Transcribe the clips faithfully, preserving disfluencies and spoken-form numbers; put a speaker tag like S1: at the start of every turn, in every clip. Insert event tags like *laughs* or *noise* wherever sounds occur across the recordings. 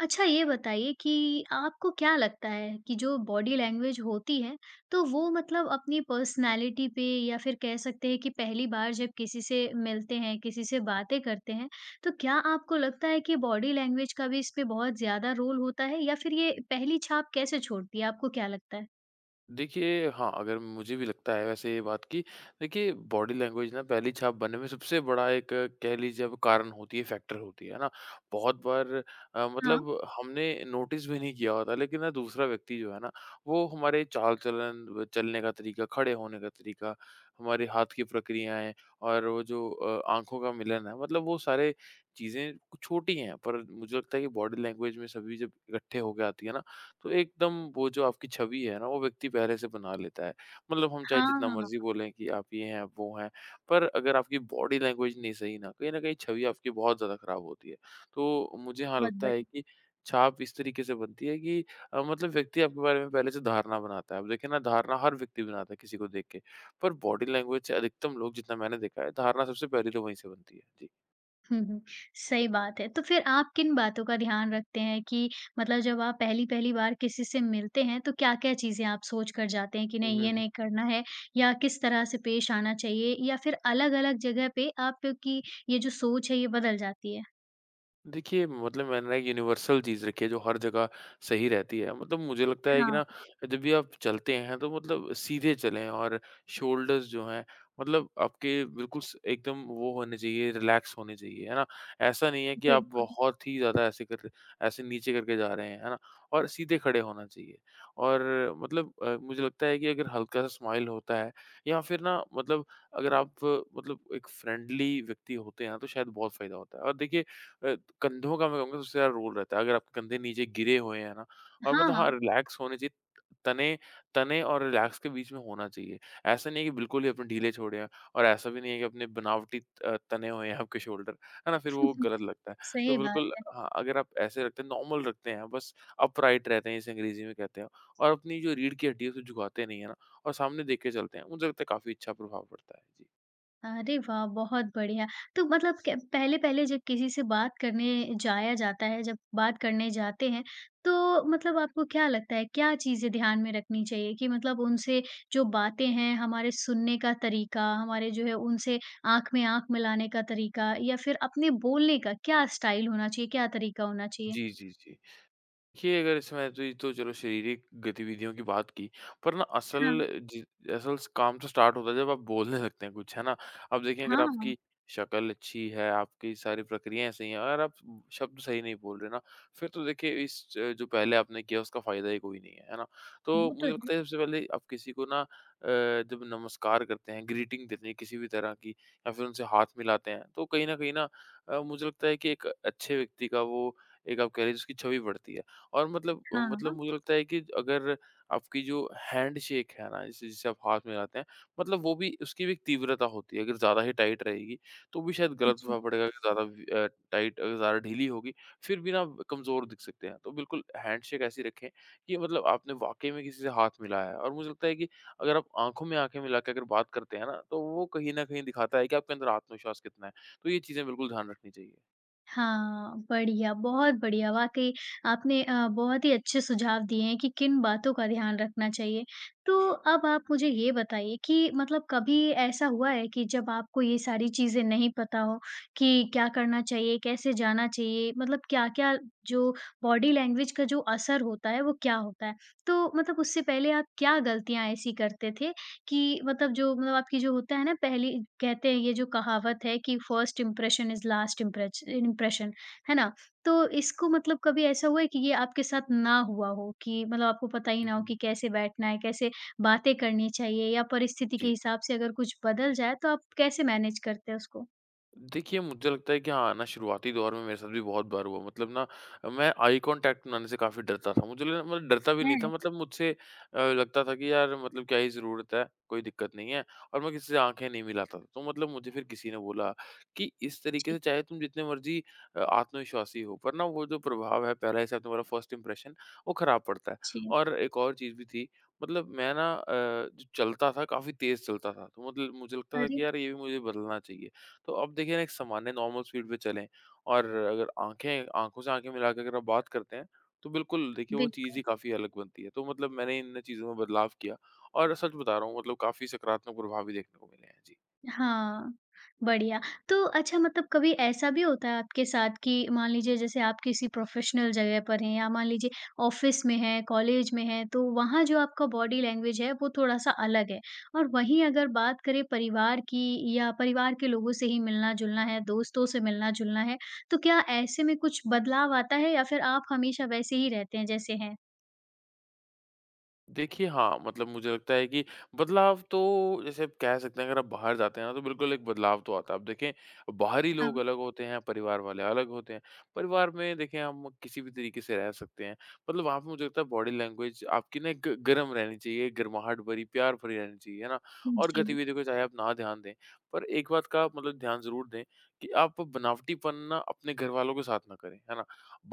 S1: अच्छा ये बताइए कि आपको क्या लगता है कि जो बॉडी लैंग्वेज होती है, तो वो मतलब अपनी पर्सनैलिटी पे या फिर कह सकते हैं कि पहली बार जब किसी से मिलते हैं, किसी से बातें करते हैं, तो क्या आपको लगता है कि बॉडी लैंग्वेज का भी इस पे बहुत ज़्यादा रोल होता है या फिर ये पहली छाप कैसे छोड़ती है? आपको क्या लगता है?
S2: देखिए, हाँ, अगर मुझे भी लगता है वैसे ये बात कि देखिए बॉडी लैंग्वेज ना पहली छाप बनने में सबसे बड़ा एक अ, कह लीजिए आप कारण होती है, फैक्टर होती है, है ना? बहुत बार अ,
S1: हाँ।
S2: मतलब हमने नोटिस भी नहीं किया होता लेकिन ना दूसरा व्यक्ति जो है ना, वो हमारे चाल-चलन, व चलने का तरीका, खड़े होने का तरीका, हमारे हाथ की प्रक्रियाएँ और वो जो अ, आँखों का मिलन है मतलब वो सारे चीज़ें कुछ छोटी हैं पर मुझे लगता है कि बॉडी लैंग्वेज में सभी जब इकट्ठे होके आती है ना, तो एकदम वो जो आपकी छवि है ना, वो व्यक्ति पहले से बना लेता है। मतलब हम चाहे जितना
S1: हाँ,
S2: मर्ज़ी बोलें कि आप ये हैं, आप वो हैं, पर अगर आपकी बॉडी लैंग्वेज नहीं सही ना, कहीं न कहीं छवि आपकी बहुत ज़्यादा खराब होती है। तो मुझे हाँ
S1: बहुत
S2: लगता है
S1: बढ़िया।
S2: कि छाप इस तरीके से बनती है कि अ, मतलब व्यक्ति आपके बारे में पहले से धारणा बनाता है। अब देखिए ना धारणा हर व्यक्ति बनाता है किसी को देख के, पर बॉडी लैंग्वेज से अधिकतम लोग जितना मैंने देखा है, धारणा सबसे पहले तो वहीं से बनती है। जी।
S1: हुँ, हुँ। सही बात है। तो फिर आप किन बातों का ध्यान रखते हैं कि मतलब जब आप पहली-पहली बार किसी से मिलते हैं तो क्या-क्या चीज़ें आप सोच कर जाते हैं कि
S2: हुँ,
S1: नहीं
S2: हुँ,
S1: ये
S2: हुँ।
S1: नहीं करना है या किस तरह से पेश आना चाहिए या फिर अलग-अलग जगह पे आपकी ये जो सोच है ये बदल जाती है?
S2: देखिए, मतलब मैंने ना एक यूनिवर्सल चीज़ रखी है जो हर जगह सही रहती है। मतलब मुझे लगता है कि
S1: हाँ,
S2: ना जब भी आप चलते हैं तो मतलब सीधे चलें और शोल्डर्स जो हैं मतलब आपके बिल्कुल स एकदम वो होने चाहिए, रिलैक्स होने चाहिए, है ना? ऐसा नहीं है कि आप
S1: बिल्कुल।
S2: बहुत ही ज़्यादा ऐसे कर ऐसे नीचे करके जा रहे हैं, है ना? और सीधे खड़े होना चाहिए। और मतलब अ, मुझे लगता है कि अगर हल्का-सा स्माइल होता है या फिर ना मतलब अगर आप अ, मतलब एक फ्रेंडली व्यक्ति होते हैं तो शायद बहुत फ़ायदा होता है। और देखिए अ, कंधों का मैं कहूँगा सबसे ज़्यादा रोल रहता है। अगर आपके कंधे नीचे गिरे हुए हैं ना और मतलब
S1: हाँ,
S2: हाँ, रिलैक्स होने चाहिए। तने तने और रिलैक्स के बीच में होना चाहिए। ऐसा नहीं है कि बिल्कुल ही अपने ढीले छोड़े हैं और ऐसा भी नहीं है कि अपने बनावटी अ, तने हुए हैं आपके शोल्डर, है ना? फिर वो
S1: *laughs*
S2: गलत लगता है। तो
S1: सही बात
S2: बिल्कुल
S1: है।
S2: हाँ, अगर आप ऐसे रखते हैं, नॉर्मल रखते हैं, बस अपराइट रहते हैं जिसे अंग्रेज़ी में कहते हैं और अपनी जो रीढ़ की हड्डी है उसे झुकाते नहीं है ना और सामने देख के चलते हैं, मुझे लगता है काफ़ी अच्छा प्रभाव पड़ता है। जी।
S1: अरे वाह! बहुत बढ़िया। तो मतलब क पहले-पहले जब किसी से बात करने जाया जाता है, जब बात करने जाते हैं, तो मतलब आपको क्या लगता है, क्या चीज़ें ध्यान में रखनी चाहिए कि मतलब उनसे जो बातें हैं, हमारे सुनने का तरीका, हमारे जो है उनसे आँख में आँख मिलाने का तरीका या फिर अपने बोलने का क्या स्टाइल होना चाहिए, क्या तरीका होना चाहिए?
S2: जी, जी, जी। देखिए, अगर इसमें तो ये तो चलो शारीरिक गतिविधियों की बात की, पर ना
S1: हाँ।
S2: असल जि असल स काम तो स्टार्ट होता है जब आप बोलने लगते हैं कुछ, है ना? अब देखिए अगर
S1: हाँ,
S2: आपकी शक्ल अच्छी है, आपकी सारी प्रक्रियाएँ सही हैं, अगर आप शब्द सही नहीं बोल रहे ना, फिर तो देखिए इस च जो पहले आपने किया उसका फ़ायदा ही कोई नहीं है, है ना? तो
S1: वो तो
S2: मुझे
S1: है।
S2: लगता है सबसे पहले आप किसी को ना अ, जब नमस्कार करते हैं, ग्रीटिंग देते हैं किसी भी तरह की या फिर उनसे हाथ मिलाते हैं, तो कहीं न कहीं ना अ, मुझे लगता है कि एक अच्छे व्यक्ति का वो एक आप कह लीजिए उसकी छवि बढ़ती है। और मतलब
S1: हाँ,
S2: मतलब
S1: हाँ।
S2: मुझे लगता है कि अगर आपकी जो हैंडशेक है ना, जिसे जिसे आप हाथ मिलाते हैं, मतलब वो भी उसकी भी एक तीव्रता होती है। अगर ज़्यादा ही टाइट रहेगी, तो भी शायद गलत
S1: जी।
S2: प्रभाव पड़ेगा। अगर ज़्यादा वी अ, टाइट अगर ज़्यादा ढीली होगी, फिर भी ना आप कमज़ोर दिख सकते हैं। तो बिल्कुल हैंडशेक ऐसी रखें कि मतलब आपने वाक़ई में किसी से हाथ मिलाया है और मुझे लगता है कि अगर आप आँखों में आँखें मिला के अगर बात करते हैं ना, तो वो कहीं न कहीं दिखाता है कि आपके अंदर आत्मविश्वास कितना है। तो ये चीज़ें बिल्कुल ध्यान रखनी चाहिए।
S1: हाँ, बढ़िया, बहुत बढ़िया। वाक़ई आपने अ, बहुत ही अच्छे सुझाव दिए हैं कि किन बातों का ध्यान रखना चाहिए। तो अब आप मुझे ये बताइए कि मतलब कभी ऐसा हुआ है कि जब आपको ये सारी चीज़ें नहीं पता हो कि क्या करना चाहिए, कैसे जाना चाहिए, मतलब क्या-क्या जो बॉडी लैंग्वेज का जो असर होता है, वो क्या होता है? तो मतलब उससे पहले आप क्या गलतियाँ ऐसी करते थे कि मतलब जो मतलब आपकी जो होता है ना पहली कहते हैं ये जो कहावत है कि first impression is last impression impression, है ना? तो इसको मतलब कभी ऐसा हुआ है कि ये आपके साथ ना हुआ हो कि मतलब आपको पता ही
S2: हुँ,
S1: ना हो
S2: हुँ।
S1: कि कैसे बैठना है, कैसे बातें करनी चाहिए या परिस्थिति के
S2: जी।
S1: हिसाब से अगर कुछ बदल जाए तो आप कैसे मैनेज करते हैं उसको?
S2: देखिए, मुझे लगता है कि हाँ ना शुरुआती दौर में मेरे साथ भी बहुत बार हुआ। मतलब ना मैं आई कॉन्टैक्ट बनाने से काफ़ी डरता था। मुझे लगा मतलब डरता भी नहीं था
S1: हैं,
S2: मतलब मुझसे अ, लगता था कि यार मतलब क्या ही ज़रूरत है, कोई दिक्कत नहीं है और मैं किसी से आँखें नहीं मिलाता था। तो मतलब मुझे फिर किसी ने बोला कि इस तरीके
S1: जी,
S2: से चाहे तुम जितने मर्ज़ी अ, आत्मविश्वासी हो पर ना वो जो प्रभाव है पहला हिसाब तुम्हारा फर्स्ट इंप्रेशन वो ख़राब पड़ता है।
S1: जी।
S2: और एक और चीज़ भी थी मतलब मैं ना अ, जो चलता था काफ़ी तेज़ चलता था। तो मतलब मुझे लगता था
S1: अरे!
S2: कि यार ये भी मुझे बदलना चाहिए। तो अब देखिए ना एक सामान्य नॉर्मल स्पीड पे चलें और अगर आँखें आँखों से आँखें मिला के अगर आप बात करते हैं, तो बिल्कुल देखिए वो चीज़
S1: बिल्कुल।
S2: ही काफ़ी अलग बनती है। तो मतलब मैंने इन चीज़ों में बदलाव किया और सच बता रहा हूँ मतलब काफ़ी सकारात्मक प्रभाव भी देखने को मिले हैं। जी।
S1: हाँ, बढ़िया। तो अच्छा मतलब कभी ऐसा भी होता है आपके साथ कि मान लीजिए जैसे आप किसी प्रोफ़ेशनल जगह पर हैं या मान लीजिए ऑफ़िस में हैं, कॉलेज में हैं, तो वहाँ जो आपका बॉडी लैंग्वेज है वो थोड़ा-सा अलग है। और वहीं अगर बात करें परिवार की या परिवार के लोगों से ही मिलना-जुलना है, दोस्तों से मिलना-जुलना है, तो क्या ऐसे में कुछ बदलाव आता है या फिर आप हमेशा वैसे ही रहते हैं जैसे हैं?
S2: देखिए, हाँ, मतलब मुझे लगता है कि बदलाव तो जैसे आप कह सकते हैं अगर आप बाहर जाते हैं ना तो बिल्कुल एक बदलाव तो आता है। अब देखें बाहरी लोग
S1: हाँ।
S2: अलग होते हैं, परिवार वाले अलग होते हैं। परिवार में देखें हम किसी भी तरीके से रह सकते हैं। मतलब वहाँ पे मुझे लगता है बॉडी लैंग्वेज आपकी ना ग गरम रहनी चाहिए, गर्माहट भरी, प्यार भरी रहनी चाहिए, है ना? और
S1: जी,
S2: गतिविधियों पे चाहे आप ना ध्यान दें, पर एक बात का आप मतलब ध्यान ज़रूर दें कि आप बनावटीपन ना अपने घरवालों के साथ ना करें, है ना?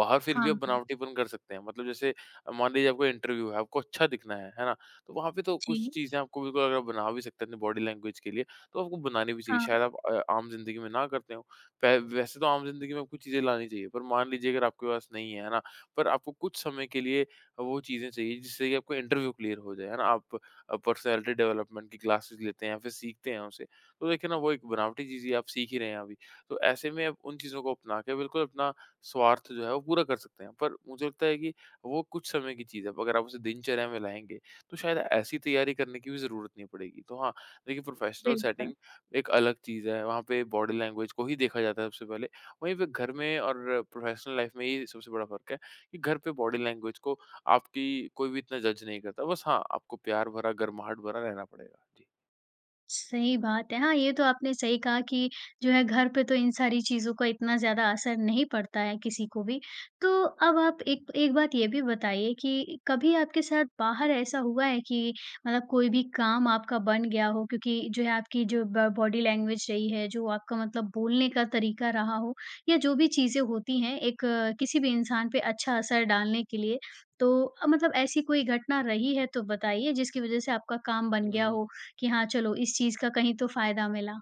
S2: बाहर फिर भी आप
S1: हाँ,
S2: बनावटीपन कर सकते हैं। मतलब जैसे मान लीजिए आपका इंटरव्यू है, आपको अच्छा दिखना है, है ना? तो वहाँ पे तो कुछ
S1: जी,
S2: चीज़ें आपको बिल्कुल अगर आप बना भी सकते हैं अपनी बॉडी लैंग्वेज के लिए, तो आपको बनानी भी चाहिए।
S1: हाँ,
S2: शायद आप अ, आम ज़िंदगी में ना करते हों। पै वैसे तो आम ज़िंदगी में आपको चीज़ें लानी चाहिए, पर मान लीजिए अगर आपके पास नहीं है, है ना? पर आपको कुछ समय के लिए वो चीज़ें चाहिए जिससे कि आपका इंटरव्यू क्लियर हो जाए, है ना? आप अ, पर्सनैलिटी डेवलपमेंट की क्लासेस लेते हैं या फिर सीखते हैं उसे, तो देखिए ना वो एक बनावटी चीज़ ही आप सीख ही रहे हैं अभी। तो ऐसे में आप उन चीज़ों को अपना के बिल्कुल अपना स्वार्थ जो है वो पूरा कर सकते हैं। पर मुझे लगता है कि वो कुछ समय की चीज़ है। अब अगर आप उसे दिनचर्या में लाएँगे, तो शायद ऐसी तैयारी करने की भी ज़रूरत नहीं पड़ेगी। तो हाँ, देखिए प्रोफ़ेशनल
S1: बिल्कुल।
S2: सेटिंग एक अलग चीज़ है, वहाँ पे बॉडी लैंग्वेज को ही देखा जाता है सबसे पहले। वहीं पे घर में और प्रोफ़ेशनल लाइफ़ में ये सबसे बड़ा फ़र्क है कि घर पे बॉडी लैंग्वेज को आपकी कोई भी इतना जज नहीं करता। बस हाँ, आपको प्यार भरा, गर्माहट भरा रहना पड़ेगा। जी।
S1: सही बात है। हाँ, ये तो आपने सही कहा कि जो है घर पे तो इन सारी चीज़ों का इतना ज़्यादा असर नहीं पड़ता है किसी को भी। तो अब आप एक एक बात ये भी बताइए कि कभी आपके साथ बाहर ऐसा हुआ है कि मतलब कोई भी काम आपका बन गया हो क्योंकि जो है आपकी जो ब बॉडी लैंग्वेज रही है, जो आपका मतलब बोलने का तरीका रहा हो या जो भी चीज़ें होती हैं एक अ, किसी भी इंसान पे अच्छा असर डालने के लिए। तो अ, मतलब ऐसी कोई घटना रही है तो बताइए जिसकी वज़ह से आपका काम बन
S2: हुँ,
S1: गया
S2: हुँ।
S1: हो? कि हाँ, चलो इस चीज़ का कहीं तो फ़ायदा मिला।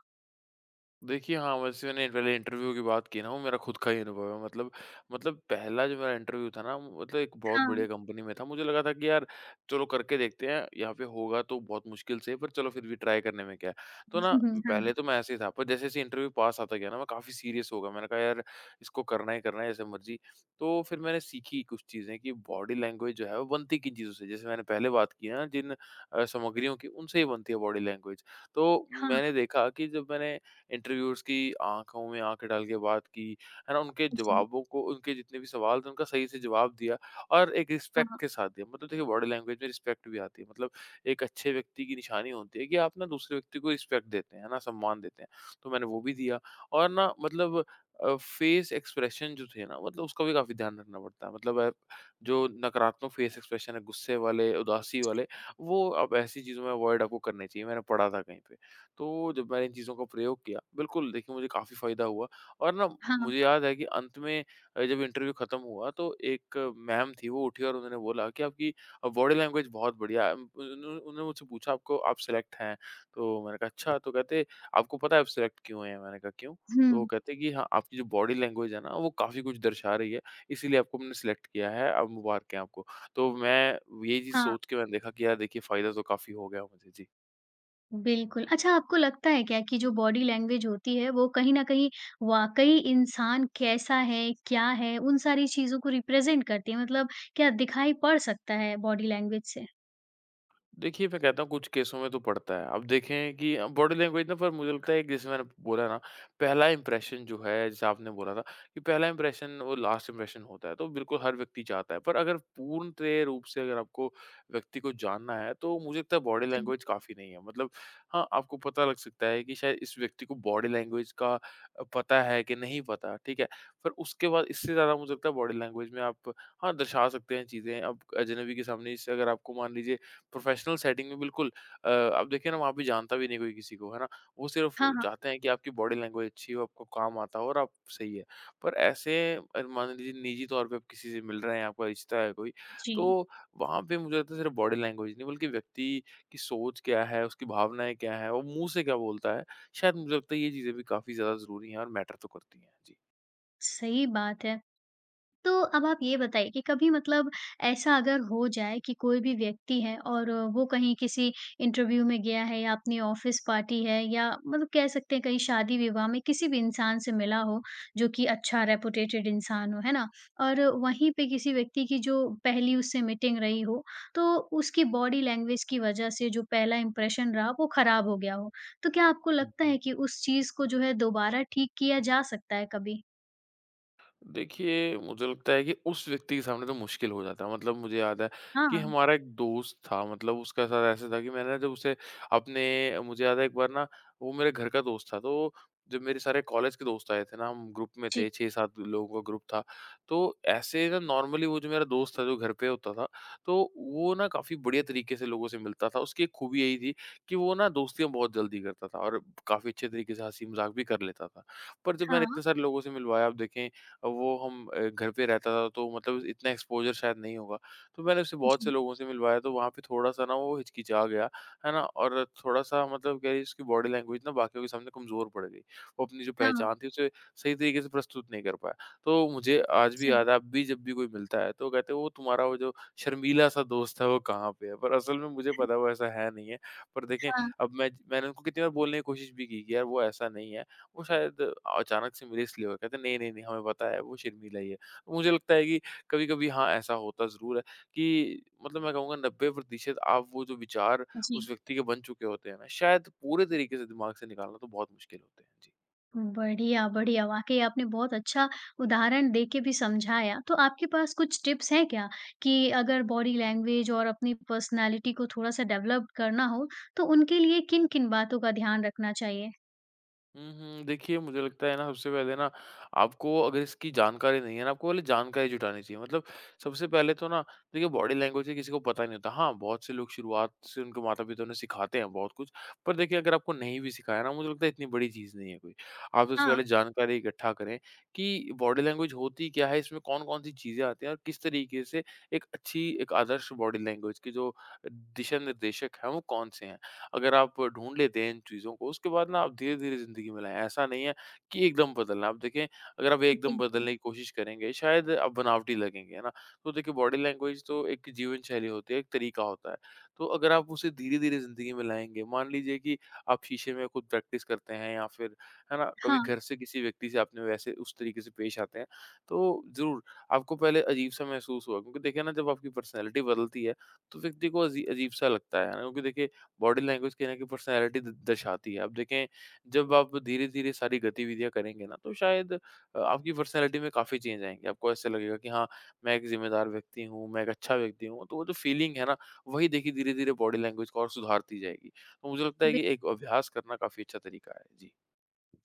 S2: देखिए, हाँ, वैसे मैंने पहले इंटरव्यू की बात की ना, वो मेरा खुद का ही अनुभव है। मतलब मतलब पहला जो मेरा इंटरव्यू था ना, मतलब एक बहुत
S1: हाँ,
S2: बढ़िया
S1: हुँ,
S2: कंपनी में था। मुझे लगा था कि यार, चलो करके देखते हैं, यहाँ पे होगा तो बहुत मुश्किल से, पर चलो फिर भी ट्राई करने में क्या है। तो ना
S1: हुँ,
S2: पहले
S1: हाँ,
S2: तो मैं ऐसे ही था, पर जैसे-जैसे इंटरव्यू पास आता गया ना, मैं काफ़ी सीरियस हो गया। मैंने कहा, "यार, इसको करना ही करना है, जैसे मर्ज़ी।" तो फिर मैंने सीखी कुछ चीज़ें कि बॉडी लैंग्वेज जो है, वो बनती किन चीज़ों से। जैसे मैंने पहले बात की ना, जिन अ, सामग्रियों की, उनसे ही बनती है बॉडी लैंग्वेज। तो
S1: हाँ,
S2: मैंने देखा कि जब मैंने इंटरव्यूअर्स की आँखों में आँखें डाल के बात की, है ना? उनके
S1: जी,
S2: जवाबों को उनके जितने भी सवाल थे उनका सही से जवाब दिया और एक रिस्पेक्ट
S1: हाँ,
S2: के साथ दिया। मतलब देखिए बॉडी लैंग्वेज में रिस्पेक्ट भी आती है। मतलब एक अच्छे व्यक्ति की निशानी होती है कि आप ना दूसरे व्यक्ति को रिस्पेक्ट देते हैं, है ना? सम्मान देते हैं। तो मैंने वो भी दिया और ना मतलब अ, फेस एक्सप्रेशन जो थे ना मतलब उसका भी काफ़ी ध्यान रखना पड़ता है। मतलब आप जो नकारात्मक फेस एक्सप्रेशन है गुस्से वाले, उदासी वाले वो अब ऐसी चीज़ों में अवॉइड आपको करनी चाहिए। मैंने पढ़ा था कहीं पे। तो जब मैंने इन चीज़ों का प्रयोग किया, बिल्कुल देखिए मुझे काफ़ी फ़ायदा हुआ और ना मुझे
S1: हाँ,
S2: याद है कि अंत में अ, जब इंटरव्यू खत्म हुआ तो एक मैम थी वो उठी और उन्होंने बोला कि आपकी अ, बॉडी लैंग्वेज बहुत बढ़िया है। उन उन्होंने उन्होंने मुझसे पूछा आपको आप सेलेक्ट हैं? तो मैंने कहा अच्छा, तो कहते आपको पता है आप सेलेक्ट क्यों हुए हैं? मैंने कहा क्यों? तो
S1: हुँ,
S2: कहते कि हाँ, आपकी जो बॉडी लैंग्वेज है ना, वो काफ़ी कुछ दर्शा रही है, इसीलिए आपको हमने सेलेक्ट किया है। अब मुबारक है आपको। तो मैं ये चीज़
S1: हाँ,
S2: सोच के मैंने देखा कि यार, देखिए, फ़ायदा तो काफ़ी हो गया मुझे। जी।
S1: बिल्कुल। अच्छा आपको लगता है क्या कि जो बॉडी लैंग्वेज होती है वो कहीं न कहीं वाक़ई इंसान कैसा है, क्या है, उन सारी चीज़ों को रिप्रेज़ेंट करती है? मतलब क्या दिखाई पड़ सकता है बॉडी लैंग्वेज से?
S2: देखिए, मैं कहता हूँ कुछ केसों में तो पड़ता है। अब देखें कि अ, बॉडी लैंग्वेज ना, पर मुझे लगता है कि जैसे मैंने बोला ना, पहला इंप्रेशन जो है, जैसे आपने बोला था कि पहला इंप्रेशन वो लास्ट इंप्रेशन होता है, तो बिल्कुल हर व्यक्ति चाहता है। पर अगर पूर्णतः रूप से अगर आपको व्यक्ति को जानना है, तो मुझे लगता है बॉडी
S1: जी।
S2: लैंग्वेज काफ़ी नहीं है। मतलब हाँ, आपको पता लग सकता है कि शायद इस व्यक्ति को बॉडी लैंग्वेज का अ, पता है कि नहीं पता, ठीक है? पर उसके बाद इससे ज़्यादा मुझे लगता है बॉडी लैंग्वेज में आप, हाँ, दर्शा सकते हैं चीज़ें। अब अजनबी के सामने जैसे अगर आपको, मान लीजिए प्रोफेशनल सेटिंग में, बिल्कुल अ, आप देखिए ना, वहाँ पे जानता भी नहीं कोई किसी को, है ना? वो सिर्फ
S1: हाँ, हाँ,
S2: चाहते हैं कि आपकी बॉडी लैंग्वेज अच्छी हो, आपको काम आता हो और आप सही है। पर ऐसे अ, मान लीजिए निजी तौर पे आप किसी से मिल रहे हैं, आपका रिश्ता है कोई,
S1: जी,
S2: तो वहाँ पे मुझे लगता है सिर्फ बॉडी लैंग्वेज नहीं, बल्कि व्यक्ति की सोच क्या है, उसकी भावनाएँ क्या हैं, वो मुँह से क्या बोलता है, शायद मुझे लगता है ये चीज़ें भी काफ़ी ज़्यादा ज़रूरी हैं और मैटर तो करती हैं।
S1: सही बात है। तो अब आप ये बताइए कि कभी मतलब ऐसा अगर हो जाए कि कोई भी व्यक्ति है और वो कहीं किसी इंटरव्यू में गया है या अपनी ऑफिस पार्टी है या मतलब कह सकते हैं कहीं शादी विवाह में किसी भी इंसान से मिला हो जो कि अच्छा रेपुटेटेड इंसान हो है ना और वहीं पे किसी व्यक्ति की जो पहली उससे मीटिंग रही हो तो उसकी बॉडी लैंग्वेज की वजह से जो पहला इंप्रेशन रहा वो खराब हो गया हो तो क्या आपको लगता
S2: जी।
S1: है कि उस चीज को जो है दोबारा ठीक किया जा सकता है कभी?
S2: देखिए, मुझे लगता है कि उस व्यक्ति के सामने तो मुश्किल हो जाता है। मतलब, मुझे याद है कि
S1: हाँ,
S2: हमारा एक दोस्त था, मतलब उसके साथ ऐसा था कि मैंने जब उसे अपने, मुझे याद है एक बार ना, वो मेरे घर का दोस्त था। तो जब मेरे सारे कॉलेज के दोस्त आए थे ना, हम ग्रुप में
S1: जी,
S2: थे, छह सात लोगों का ग्रुप था। तो ऐसे ना, नॉर्मली वो जो मेरा दोस्त था, जो घर पे होता था, तो वो ना काफ़ी बढ़िया तरीके से लोगों से मिलता था। उसकी एक खूबी यही थी कि वो ना दोस्तियाँ बहुत जल्दी करता था और काफ़ी अच्छे तरीके से हँसी-मज़ाक भी कर लेता था। पर जब मैंने
S1: हाँ,
S2: इतने सारे लोगों से मिलवाया, आप देखें, वो हम अ, घर पे रहता था, तो मतलब इतना एक्सपोज़र शायद नहीं होगा। तो मैंने उससे बहुत से
S1: जी,
S2: लोगों से मिलवाया, तो वहाँ पे थोड़ा-सा ना वो हिचकिचा गया, है ना? और थोड़ा-सा, मतलब कह लीजिए, उसकी बॉडी लैंग्वेज ना बाकियों के सामने कमज़ोर पड़ गई। वो अपनी जो
S1: हाँ,
S2: पहचान थी उसे सही तरीके से प्रस्तुत नहीं कर पाया। तो मुझे आज भी
S1: अच्छा,
S2: याद है, अब भी जब भी कोई मिलता है तो कहते हैं, वो तुम्हारा वो जो शर्मीला-सा दोस्त है वो कहाँ पे है? पर असल में मुझे पता है वो ऐसा है नहीं है। पर देखें,
S1: हाँ,
S2: अब मैं मैंने उनको कितनी बार बोलने की कोशिश भी की कि यार वो ऐसा नहीं है। वो शायद अचानक से मिले, इसलिए हुआ। कहते हैं, "नहीं, नहीं, नहीं, हमें पता है, वो शर्मीला ही है।" तो मुझे लगता है कि कभी-कभी हाँ, ऐसा होता ज़रूर है कि, मतलब, मैं कहूँगा नब्बे प्रतिशत आप वो जो विचार उस
S1: जी।
S2: व्यक्ति के बन चुके होते हैं ना, शायद पूरे तरीके से दिमाग से निकालना तो बहुत मुश्किल होते हैं। जी।
S1: बढ़िया, बढ़िया, वाक़ई आपने बहुत अच्छा उदाहरण दे के भी समझाया। तो आपके पास कुछ टिप्स हैं क्या कि अगर बॉडी लैंग्वेज और अपनी पर्सनैलिटी को थोड़ा-सा डेवलप करना हो, तो उनके लिए किन-किन बातों का ध्यान रखना चाहिए?
S2: हुँ, हुँ। देखिए, मुझे लगता है ना, सबसे पहले ना, आपको अगर इसकी जानकारी नहीं है ना, आपको पहले जानकारी जुटानी चाहिए। मतलब, सबसे पहले तो ना, देखिए बॉडी लैंग्वेज ही किसी को पता नहीं होता। हाँ, बहुत से लोग शुरुआत से उनके माता-पिता तो उन्हें सिखाते हैं बहुत कुछ। पर देखिए, अगर आपको नहीं भी सिखाया ना, मुझे लगता है इतनी बड़ी चीज़ नहीं है कोई। आप सबसे
S1: हाँ,
S2: पहले जानकारी इकट्ठा करें कि बॉडी लैंग्वेज होती क्या है, इसमें कौन-कौन सी चीज़ें आती हैं और किस तरीके से एक अच्छी एक आदर्श बॉडी लैंग्वेज के जो दिशा निर्देशक हैं वो कौन से हैं। अगर आप ढूँढ लेते हैं इन चीज़ों को, उसके बाद ना आप धीरे-धीरे ज़िंदगी में लाएँ। ऐसा नहीं है कि एकदम बदलना है। आप देखें, अगर आप एकदम
S1: बिल्कुल।
S2: बदलने की कोशिश करेंगे, शायद आप बनावटी लगेंगे, है ना? तो देखिए, बॉडी लैंग्वेज तो एक जीवन शैली होती है, एक तरीका होता है। तो अगर आप उसे धीरे-धीरे ज़िंदगी में लाएँगे, मान लीजिए कि आप शीशे में खुद प्रैक्टिस करते हैं, या फिर, है ना, कभी घर
S1: हाँ,
S2: से किसी व्यक्ति से आपने वैसे उस तरीके से पेश आते हैं, तो ज़रूर आपको पहले अजीब-सा महसूस होगा, क्योंकि देखिए ना, जब आपकी पर्सनैलिटी बदलती है, तो व्यक्ति को अजी अजीब-सा लगता है, है ना? क्योंकि देखिए, बॉडी लैंग्वेज कहीं न कहीं पर्सनैलिटी द दर्शाती है। आप देखें, जब आप धीरे-धीरे सारी गतिविधियाँ करेंगे ना, तो शायद अ, आपकी पर्सनैलिटी में काफ़ी चेंज आएँगे। आपको ऐसा लगेगा कि हाँ, मैं एक ज़िम्मेदार व्यक्ति हूँ, मैं एक अच्छा व्यक्ति हूँ। तो वो जो फीलिंग है ना, वही देखिए धीरे-धीरे बॉडी लैंग्वेज को और सुधारती जाएगी। तो मुझे लगता है कि
S1: बिल्कुल।
S2: एक अभ्यास करना काफ़ी अच्छा तरीका है। जी।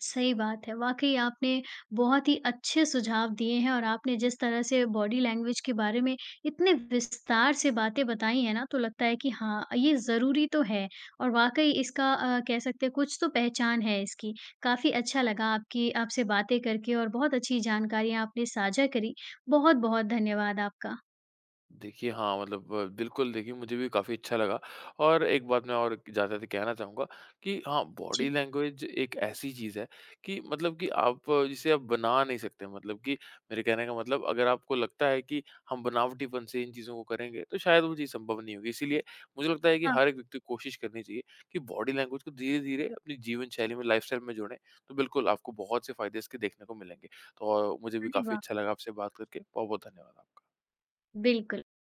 S1: सही बात है। वाक़ई आपने बहुत ही अच्छे सुझाव दिए हैं और आपने जिस तरह से बॉडी लैंग्वेज के बारे में इतने विस्तार से बातें बताई हैं ना, तो लगता है कि हाँ, ये ज़रूरी तो है और वाक़ई इसका अ, कह सकते हैं कुछ तो पहचान है इसकी। काफ़ी अच्छा लगा आपकी आपसे बातें करके और बहुत अच्छी जानकारियाँ आपने साझा करी। बहुत-बहुत धन्यवाद आपका।
S2: देखिए, हाँ, मतलब अ, बिल्कुल देखिए मुझे भी काफ़ी अच्छा लगा, और एक बात मैं और ज़्यादातर कहना चाहूँगा कि हाँ, बॉडी
S1: जी।
S2: लैंग्वेज एक ऐसी चीज़ है कि, मतलब कि, आप अ, जिसे आप बना नहीं सकते। मतलब कि, मेरे कहने का मतलब, अगर आपको लगता है कि हम बनावटीपन से इन चीज़ों को करेंगे, तो शायद वो चीज़ संभव नहीं होगी। इसीलिए मुझे लगता है कि
S1: हाँ,
S2: हर एक व्यक्ति को कोशिश करनी चाहिए कि बॉडी लैंग्वेज को धीरे-धीरे अपनी जीवन शैली में, लाइफ़स्टाइल में जोड़ें, तो बिल्कुल आपको बहुत से फ़ायदे इसके देखने को मिलेंगे। तो अ, मुझे भी
S1: अरे
S2: काफ़ी
S1: वाह!
S2: अच्छा लगा आपसे बात करके। बहुत-बहुत धन्यवाद आप
S1: बिल्कुल।